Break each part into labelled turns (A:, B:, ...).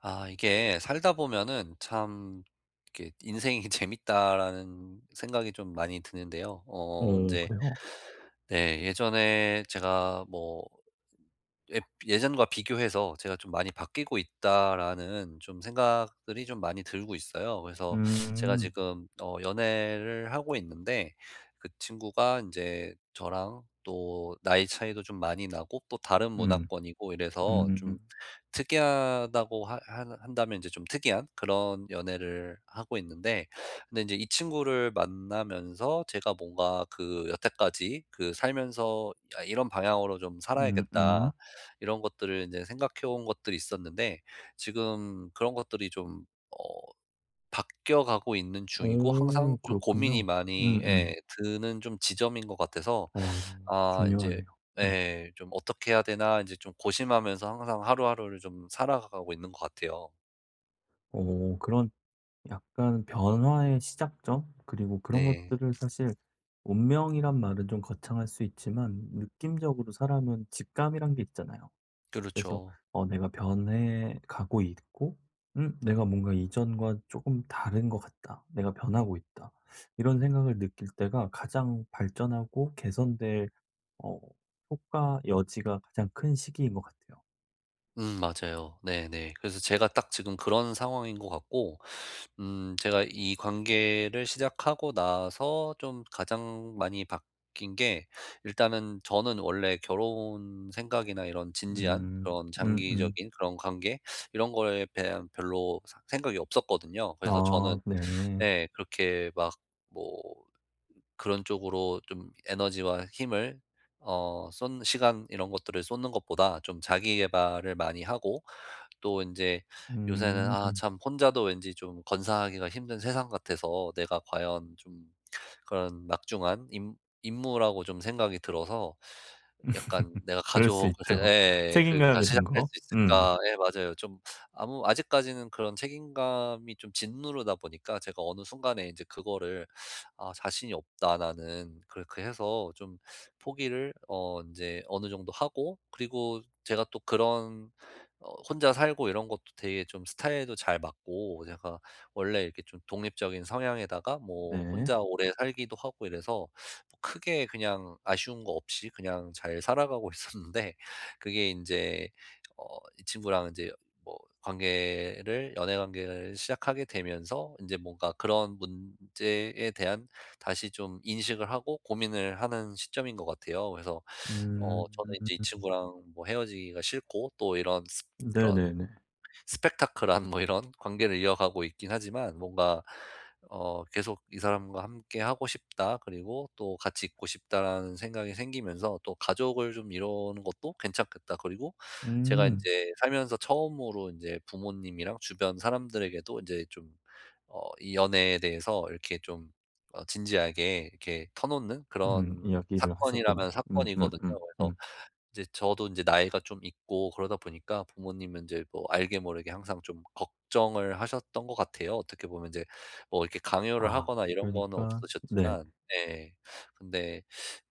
A: 아 이게 살다 보면은 참 이렇게 '인생이 재밌다.'라는 생각이 좀 많이 드는데요.
B: 그래요?
A: 네, 예전에 제가 뭐 예, 예전과 비교해서 제가 좀 많이 '바뀌고 있다.'라는 좀 생각들이 좀 많이 들고 있어요. 그래서 제가
B: 음.
A: 지금 연애를 하고 있는데 그 친구가 이제 저랑 또 나이 차이도 좀 많이 나고 또 다른
B: 음.
A: 문화권이고 이래서
B: 음.
A: 좀 특이하다고 하 한 한다면 이제 좀 특이한 그런 연애를 하고 있는데 근데 이제 이 친구를 만나면서 제가 뭔가 그 여태까지 그 살면서 야, 이런 방향으로 좀
B: 음
A: 살아야겠다.'
B: 음.
A: 이런 것들을 이제 생각해 온 것들이 있었는데 지금 그런 것들이 좀 어 바뀌어 가고 있는 중이고, 항상
B: 오,
A: 좀 고민이
B: 그렇군요.
A: 많이 예,
B: 음음.
A: 드는 좀 지점인 것 같아서
B: 어
A: 아 인제
B: 중요하네요. 음.
A: 예. 좀 '어떻게 해야 되나.' 인제 좀 고심하면서 항상 하루하루를 좀 살아가고 있는 것 같아요.
B: 어 그런 약간 변화의 시작점? 그리고 그런
A: 네.
B: 것들을 사실 운명이란 말은 좀 거창할 수 있지만 느낌적으로 사람은 직감이란 게 있잖아요. 그래서
A: 그렇죠.
B: 어 내가 변해 가고 있고 '내가 뭔가 이전과 조금 다른 것 같다. 내가 변하고 있다.' 이런 생각을 느낄 때가 가장 발전하고 개선될 어 효과 여지가 가장 큰 시기인 것 같아요.
A: 음, 맞아요. 네네. 그래서 제가 딱 지금 그런 상황인 것 같고, 제가 이 관계를 시작하고 나서 좀 가장 많이 바뀐 게, 일단은 저는 원래 결혼 생각이나 이런 진지한
B: 음.
A: 그런
B: 음음.
A: 장기적인 그런 관계 이런 거에 대한 별로 사 생각이 없었거든요. 그래서 저는
B: 아 네.
A: 네 그렇게 막뭐 그런 쪽으로 좀 에너지와 힘을 어 쏜 시간 이런 것들을 쏟는 것보다 좀 자기 개발을 많이 하고 또 이제 요새는 '아
B: 음.
A: 참 혼자도 왠지 좀 건사하기가 힘든 세상 같아서 내가 과연 좀 그런 막중한 임 임무라고 좀 생각이 들어서 약간 내가
B: 그럴 수
A: 가족을'
B: 있죠.
A: 예. '그가
B: 책임감이란
A: 시작할
B: 거.
A: 수
B: 음.
A: 있을까?' 예 맞아요. 좀 아무 아직까지는 그런 책임감이 좀 짓누르다 보니까 제가 어느 순간에 이제 그거를 '아 자신이 없다 나는.' 그렇게 해서 좀 포기를 어제 어느 정도 하고 그리고 제가 또 그런 어 혼자 살고 이런 것도 되게 좀 스타일도 잘 맞고, 제가 원래 이렇게 좀 독립적인 성향에다가 뭐
B: 네.
A: 혼자 오래 살기도 하고 이래서 뭐 크게 그냥 아쉬운 거 없이 그냥 잘 살아가고 있었는데 그게 이제 어 이 친구랑 이제 뭐 관계를 연애 관계를 시작하게 되면서 이제 뭔가 그런 문제에 대한 다시 좀 인식을 하고 고민을 하는 시점인 것 같아요. 그래서
B: 음.
A: 저는 인제 이 친구랑 뭐 헤어지기가 싫고, 또 이런 습 그런
B: 네네네.
A: 스펙타클한 뭐 이런 관계를 이어가고 있긴 하지만, 뭔가 계속 '이 사람과 함께 하고 싶다. 그리고 또 같이 있고 싶다.'라는 생각이 생기면서 또 '가족을 좀 이루는 것도 괜찮겠다.' 그리고 제가
B: 음.
A: 인제 살면서 처음으로 인제 부모님이랑 주변 사람들에게도 인제 좀 이 연애에 대해서 이렇게 좀 진지하게 이렇게 터놓는
B: 음.
A: 그런,
B: 이야기를 하셨군요.
A: 사건이라면
B: 음.
A: 사건이거든요. 그래서 이제 저도 이제 나이가 좀 있고 그러다 보니까 부모님은 이제 뭐 알게 모르게 항상 좀 걱정을 하셨던 것 같아요. 어떻게 보면 이제 뭐 이렇게 강요를
B: 아
A: 하거나 이런 거는
B: 그러니까 네.
A: 없으셨지만, 네. 근데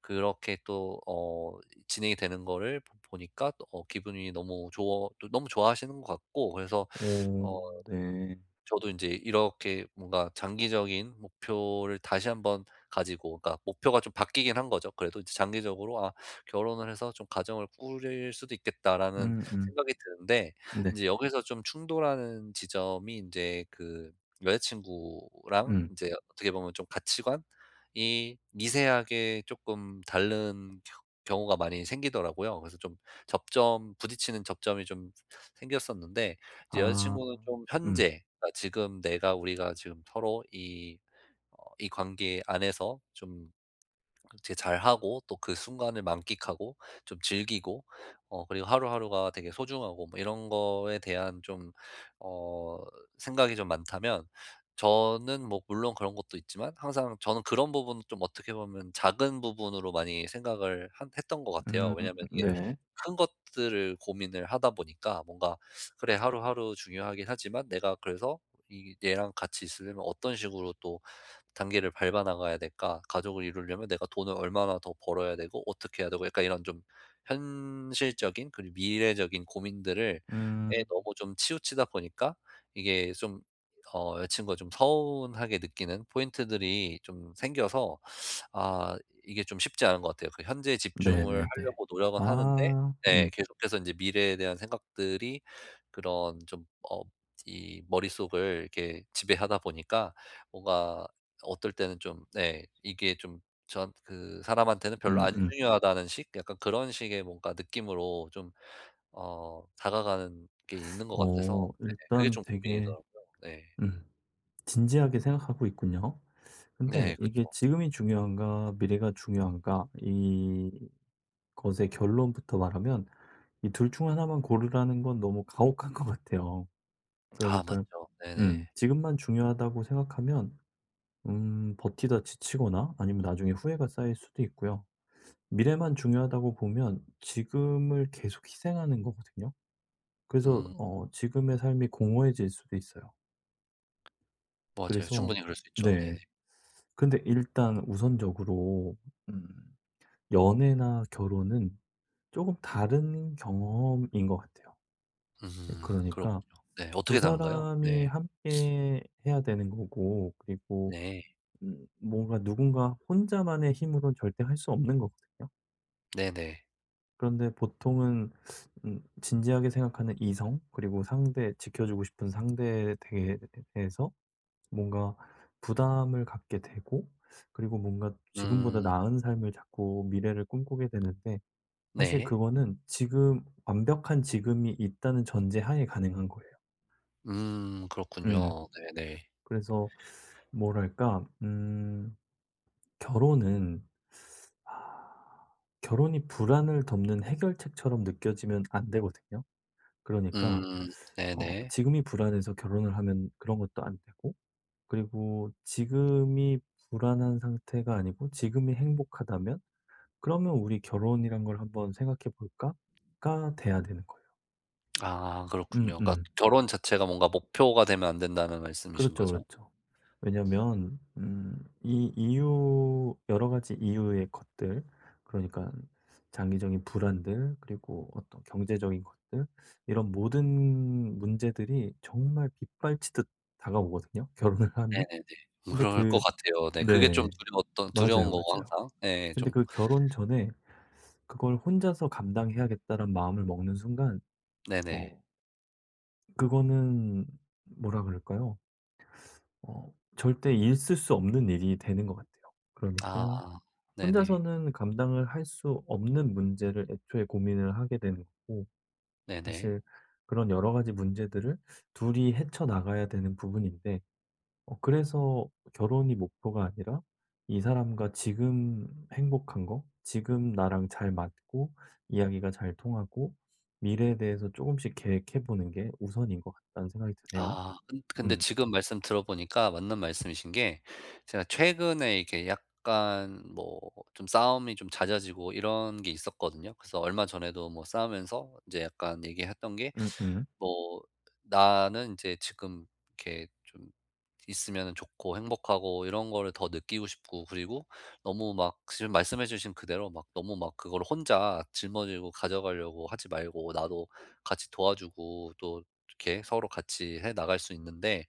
A: 그렇게 또 진행이 되는 거를 보 보니까 또, 어 기분이 너무 좋아 또 너무 좋아하시는 것 같고, 그래서
B: 오,
A: 어
B: 네.
A: 저도 인제 이렇게 뭔가 장기적인 목표를 다시 한번 가지고, 그러니까 목표가 좀 바뀌긴 한 거죠. 그래도 이제 장기적으로 '아 결혼을 해서 좀 가정을 꾸릴 수도 있겠다.'라는
B: 음음.
A: 생각이 드는데,
B: 네.
A: 인제 여기서 좀 충돌하는 지점이 인제 그 여자 친구랑
B: 음.
A: 인제 어떻게 보면 좀 가치관이 미세하게 쪼끔 다른 겨 경우가 많이 생기더라고요. 그래서 좀 접점, 부딪히는 접점이 좀 생겼었는데, 이제
B: 아.
A: 여자친구는 좀
B: 음.
A: 현재, 그러니까 지금 내가 우리가 지금 서로 이 이 관계 안에서 좀 되게 잘하고 또 그 순간을 만끽하고 좀 즐기고 그리고 하루하루가 되게 소중하고 뭐 이런 거에 대한 좀 어 생각이 좀 많다면, 저는 뭐 물론 그런 것도 있지만 항상 저는 그런 부분은 좀 어떻게 보면 작은 부분으로 많이 생각을 한 했던 것 같아요.
B: 음
A: 왜냐면 이게
B: 네.
A: 큰 것들을 고민을 하다 보니까 뭔가 '그래 하루하루 중요하긴 하지만 내가 그래서 이 얘랑 같이 있으려면 어떤 식으로 또 단계를 밟아 나가야 될까? 가족을 이루려면 내가 돈을 얼마나 더 벌어야 되고 어떻게 해야 되고' 약간 이런 좀 현실적인 그리고 미래적인 고민들을 에
B: 음
A: 너무 좀 치우치다 보니까, 이게 좀 여자친구가 좀 서운하게 느끼는 포인트들이 좀 생겨서 아, 이게 좀 쉽지 않은 것 같아요. 그 현재에 집중을
B: 네네네.
A: 하려고 노력은 하는데
B: 아
A: 네, 계속해서 인제 미래에 대한 생각들이 그런 좀 이 머릿속을 이렇게 지배하다 보니까, 뭔가 어떨 때는 좀 네 이게 좀 전 그 사람한테는 별로 안
B: 음음.
A: 중요하다는 식 약간 그런 식의 뭔가 느낌으로 좀 다가가는 게 있는 것 같아서
B: 어
A: 네, 그게
B: 일단
A: 좀
B: 되게
A: 고민이더라고요. 네.
B: 음 진지하게 생각하고 있군요. 근데
A: 네,
B: 이게
A: 그쵸.
B: '지금이 중요한가 미래가 중요한가.' 이 것의 결론부터 말하면 이 둘 중 하나만 고르라는 건 너무 가혹한 것 같아요.
A: 아 맞죠.
B: 그러니까
A: 네네.
B: 지금만 중요하다고 생각하면 버티다 지치거나 아니면 나중에 후회가 쌓일 수도 있고요. 미래만 중요하다고 보면 지금을 계속 희생하는 거거든요. 그래서
A: 음,
B: 어 지금의 삶이 공허해질 수도 있어요.
A: 맞아요.
B: 그래서
A: 충분히 그럴 수 있죠. 네네.
B: 네. 근데 일단 우선적으로 음 연애나 결혼은 조금 다른 경험인 것 같아요. 네,
A: 음,
B: 그러니까
A: 그렇군요. 네.
B: 두
A: 어떻게 나른가요
B: 사람이
A: 네.
B: 함께 해야 되는 거고 그리고
A: 네.
B: 뭔가 누군가 혼자만의 힘으로는 절대 할 수 없는 거거든요.
A: 네네.
B: 그런데 보통은 진지하게 생각하는 이성 그리고 상대 지켜주고 싶은 상대에 대해서 뭔가 부담을 갖게 되고 그리고 뭔가 지금보다
A: 음,
B: 나은 삶을 자꾸 미래를 꿈꾸게 되는데 사실
A: 네.
B: 그거는 지금 완벽한 지금이 있다는 전제하에 가능한 거예요.
A: 음, 그렇군요.
B: 음.
A: 네네.
B: 그래서 뭐랄까 결혼은 결혼이 불안을 덮는 해결책처럼 느껴지면 안 되거든요. 그러니까
A: 음,
B: 어
A: 네네.
B: 지금이 불안해서 결혼을 하면 그런 것도 안 되고 그리고 지금이 불안한 상태가 아니고 지금이 행복하다면 '그러면 우리 결혼이란 걸 한번 생각해 볼까?'가 돼야 되는 거예요.
A: 아 그렇군요. 그러니까
B: 음음.
A: 결혼 자체가 뭔가 목표가 되면 안 된다는 말씀이신
B: 그렇죠,
A: 거죠?
B: 그렇죠. 왜냐면 이 이유 여러 가지 이유의 것들 그러니까 장기적인 불안들 그리고 어떤 경제적인 것들 이런 모든 문제들이 정말 빗발치듯 다가오거든요, 결혼을 하면.
A: 네네네.
B: 근데
A: 그럴 것
B: 그
A: 같아요. 네. 그게 좀
B: 네.
A: 두려웠던 두려운
B: 맞아요,
A: 거고
B: 맞아요.
A: 항상. 예
B: 근데
A: 좀
B: 그 결혼 전에 그걸 혼자서 감당해야겠다는 마음을 먹는 순간
A: 네네.
B: 어 그거는 뭐라 그럴까요? 어 절대 있을 수 없는 일이 되는 것 같아요.
A: 아
B: 그러니까
A: 네네.
B: 혼자서는 감당을 할 수 없는 문제를 애초에 고민을 하게 되는 거고
A: 네네.
B: 사실 그런 여러 가지 문제들을 둘이 헤쳐나가야 되는 부분인데 어 그래서 결혼이 목표가 아니라 이 사람과 지금 행복한 거, 지금 나랑 잘 맞고 이야기가 잘 통하고 미래에 대해서 조금씩 계획해 보는 게 우선인 것 같다는 생각이 드네요.
A: 아 근 근데
B: 음.
A: 지금 말씀 들어보니까 맞는 말씀이신 게 제가 최근에 이렇게 약간 뭐 좀 싸움이 좀 잦아지고 이런 게 있었거든요. 그래서 얼마 전에도 뭐 싸우면서 인제 약간 얘기했던 게
B: 음음.
A: 뭐 "나는 인제 지금 이렇게 좀 있으면은 좋고 행복하고 이런 거를 더 느끼고 싶고 그리고 너무 막 지금 말씀해 주신 그대로 막 너무 막 그거를 혼자 짊어지고 가져가려고 하지 말고 나도 같이 도와주고 또 이렇게 서로 같이 해 나갈 수 있는데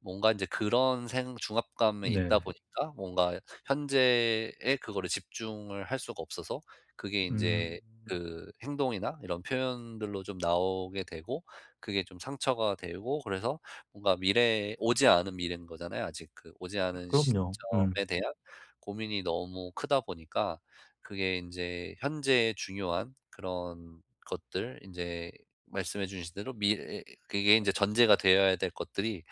A: 뭔가 이제 그런 생 중압감에 있다
B: 네네.
A: 보니까 뭔가 현재에 그거를 집중을 할 수가 없어서 그게
B: 음.
A: 인제 그 행동이나 이런 표현들로 좀 나오게 되고 그게 좀 상처가 되고 그래서 뭔가 미래에 오지 않은 미래인 거잖아요. 아직 그 오지 않은
B: 그럼요. 음.
A: 시점에 대한 고민이 너무 크다 보니까 그게 인제 현재의 중요한 그런 것들 인제 말씀해 주신 대로 미래 그게 인제 전제가 되어야 될 것들이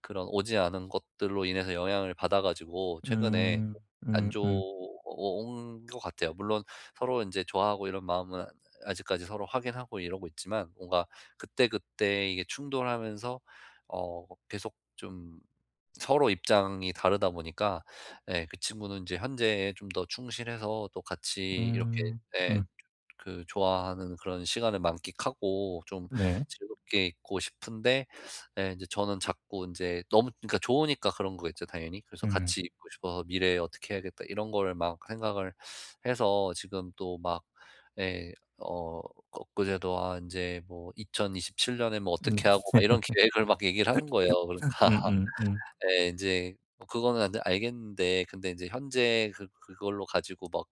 A: 그런 오지 않은 것들로 인해서 영향을 받아 가지고 최근에
B: 음.
A: 좀 안
B: 음 음.
A: 좋은 것 같아요. 물론 서로 이제 좋아하고 이런 마음은 아직까지 서로 확인하고 이러고 있지만 뭔가 그때그때 이게 충돌하면서 어 계속 좀 서로 입장이 다르다 보니까, 예 그 친구는 이제 현재에 좀 더 충실해서 또 같이 이렇게
B: 음.
A: 예
B: 음.
A: 그 좋아하는 그런 시간을 만끽하고 좀
B: 네.
A: 즐겁게 있고 싶은데, 예 인제 저는 자꾸 인제 너무, 그러니까 좋으니까 그런 거겠죠 당연히. 그래서
B: 음.
A: '같이 있고 싶어서 미래에 어떻게 해야겠다.' 이런 거를 막 생각을 해서 지금 또 막 예 어 엊그제도 아 인제 뭐 2027년 년에 뭐
B: 음.
A: 어떻게 하고 막 이런 계획을 막 얘기를 하는 거예요. 그러니까
B: 음.
A: 예 인제 뭐 그거는 안데 알겠는데 근데 인제 현재 그 그걸로 가지고 막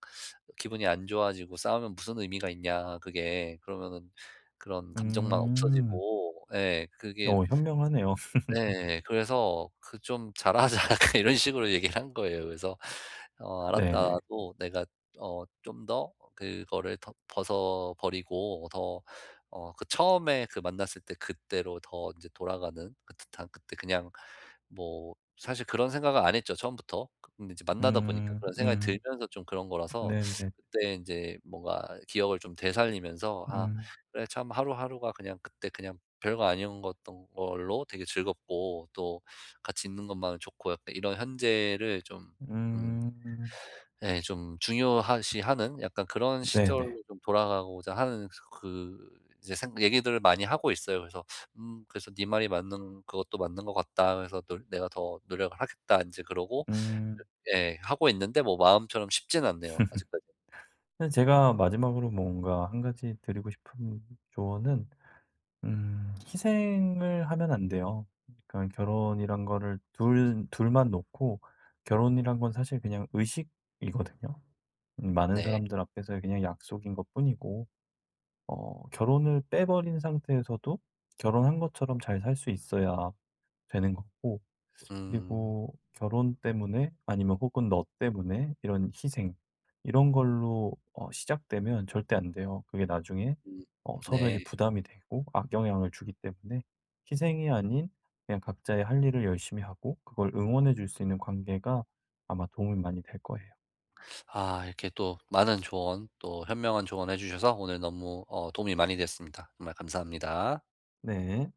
A: 기분이 안 좋아지고 싸우면 무슨 의미가 있냐 그게. 그러면은 그런 감정만
B: 음.
A: 없어지고 예 그게
B: 어 현명하네요.
A: 네. 그래서 그 "좀 잘하자." 약간 이런 식으로 얘기를 한 거예요. 그래서 알았다.
B: 네네.
A: 나도 내가 좀 더 그거를 더 벗어버리고 더 그 처음에 그 만났을 때 그때로 더 인제 돌아가는 그 듯한 그때 그냥" 뭐 사실 그런 생각은 안 했죠 처음부터. 근데 이제 만나다 보니까
B: 음.
A: 그런 생각이
B: 음.
A: 들면서 좀 그런 거라서
B: 네네.
A: 그때 인제 뭔가 기억을 좀 되살리면서 '아
B: 음.
A: 그래 참 하루하루가 그냥 그때 그냥 별거 아니었던 걸로 되게 즐겁고 또 같이 있는 것만은 좋고' 약간 이런 현재를 좀 음,
B: 음.
A: 예 좀 중요시하는 약간 그런 시절로
B: 네네.
A: 좀 돌아가고자 하는 그 이제 생 얘기들을 많이 하고 있어요. 그래서 그래서 "네 말이 맞는 그것도 맞는 것 같다. 그래서 노 내가 더 노력을 하겠다." 이제 그러고
B: 음.
A: 예 하고 있는데 뭐 마음처럼 쉽지는 않네요 아직까지.
B: 근데 제가 마지막으로 뭔가 한 가지 드리고 싶은 조언은 희생을 하면 안 돼요. 그러니까 결혼이란 거를 둘 둘만 놓고 결혼이란 건 사실 그냥 의식이거든요. 많은
A: 네.
B: 사람들 앞에서 그냥 약속인 것뿐이고 어 결혼을 빼버린 상태에서도 결혼한 것처럼 잘 살 수 있어야 되는 거고
A: 음.
B: 그리고 결혼 때문에 아니면 혹은 너 때문에 이런 희생 이런 걸로 어 시작되면 절대 안 돼요. 그게 나중에
A: 음.
B: 어
A: 네.
B: 서로에게 부담이 되고 악영향을 주기 때문에 희생이 아닌 그냥 각자의 할 일을 열심히 하고 그걸 응원해 줄 수 있는 관계가 아마 도움이 많이 될 거예요.
A: 아, 이렇게 또 많은 조언, 또 현명한 조언 해주셔서 오늘 너무 어, 도움이 많이 됐습니다. 정말 감사합니다.
B: 네.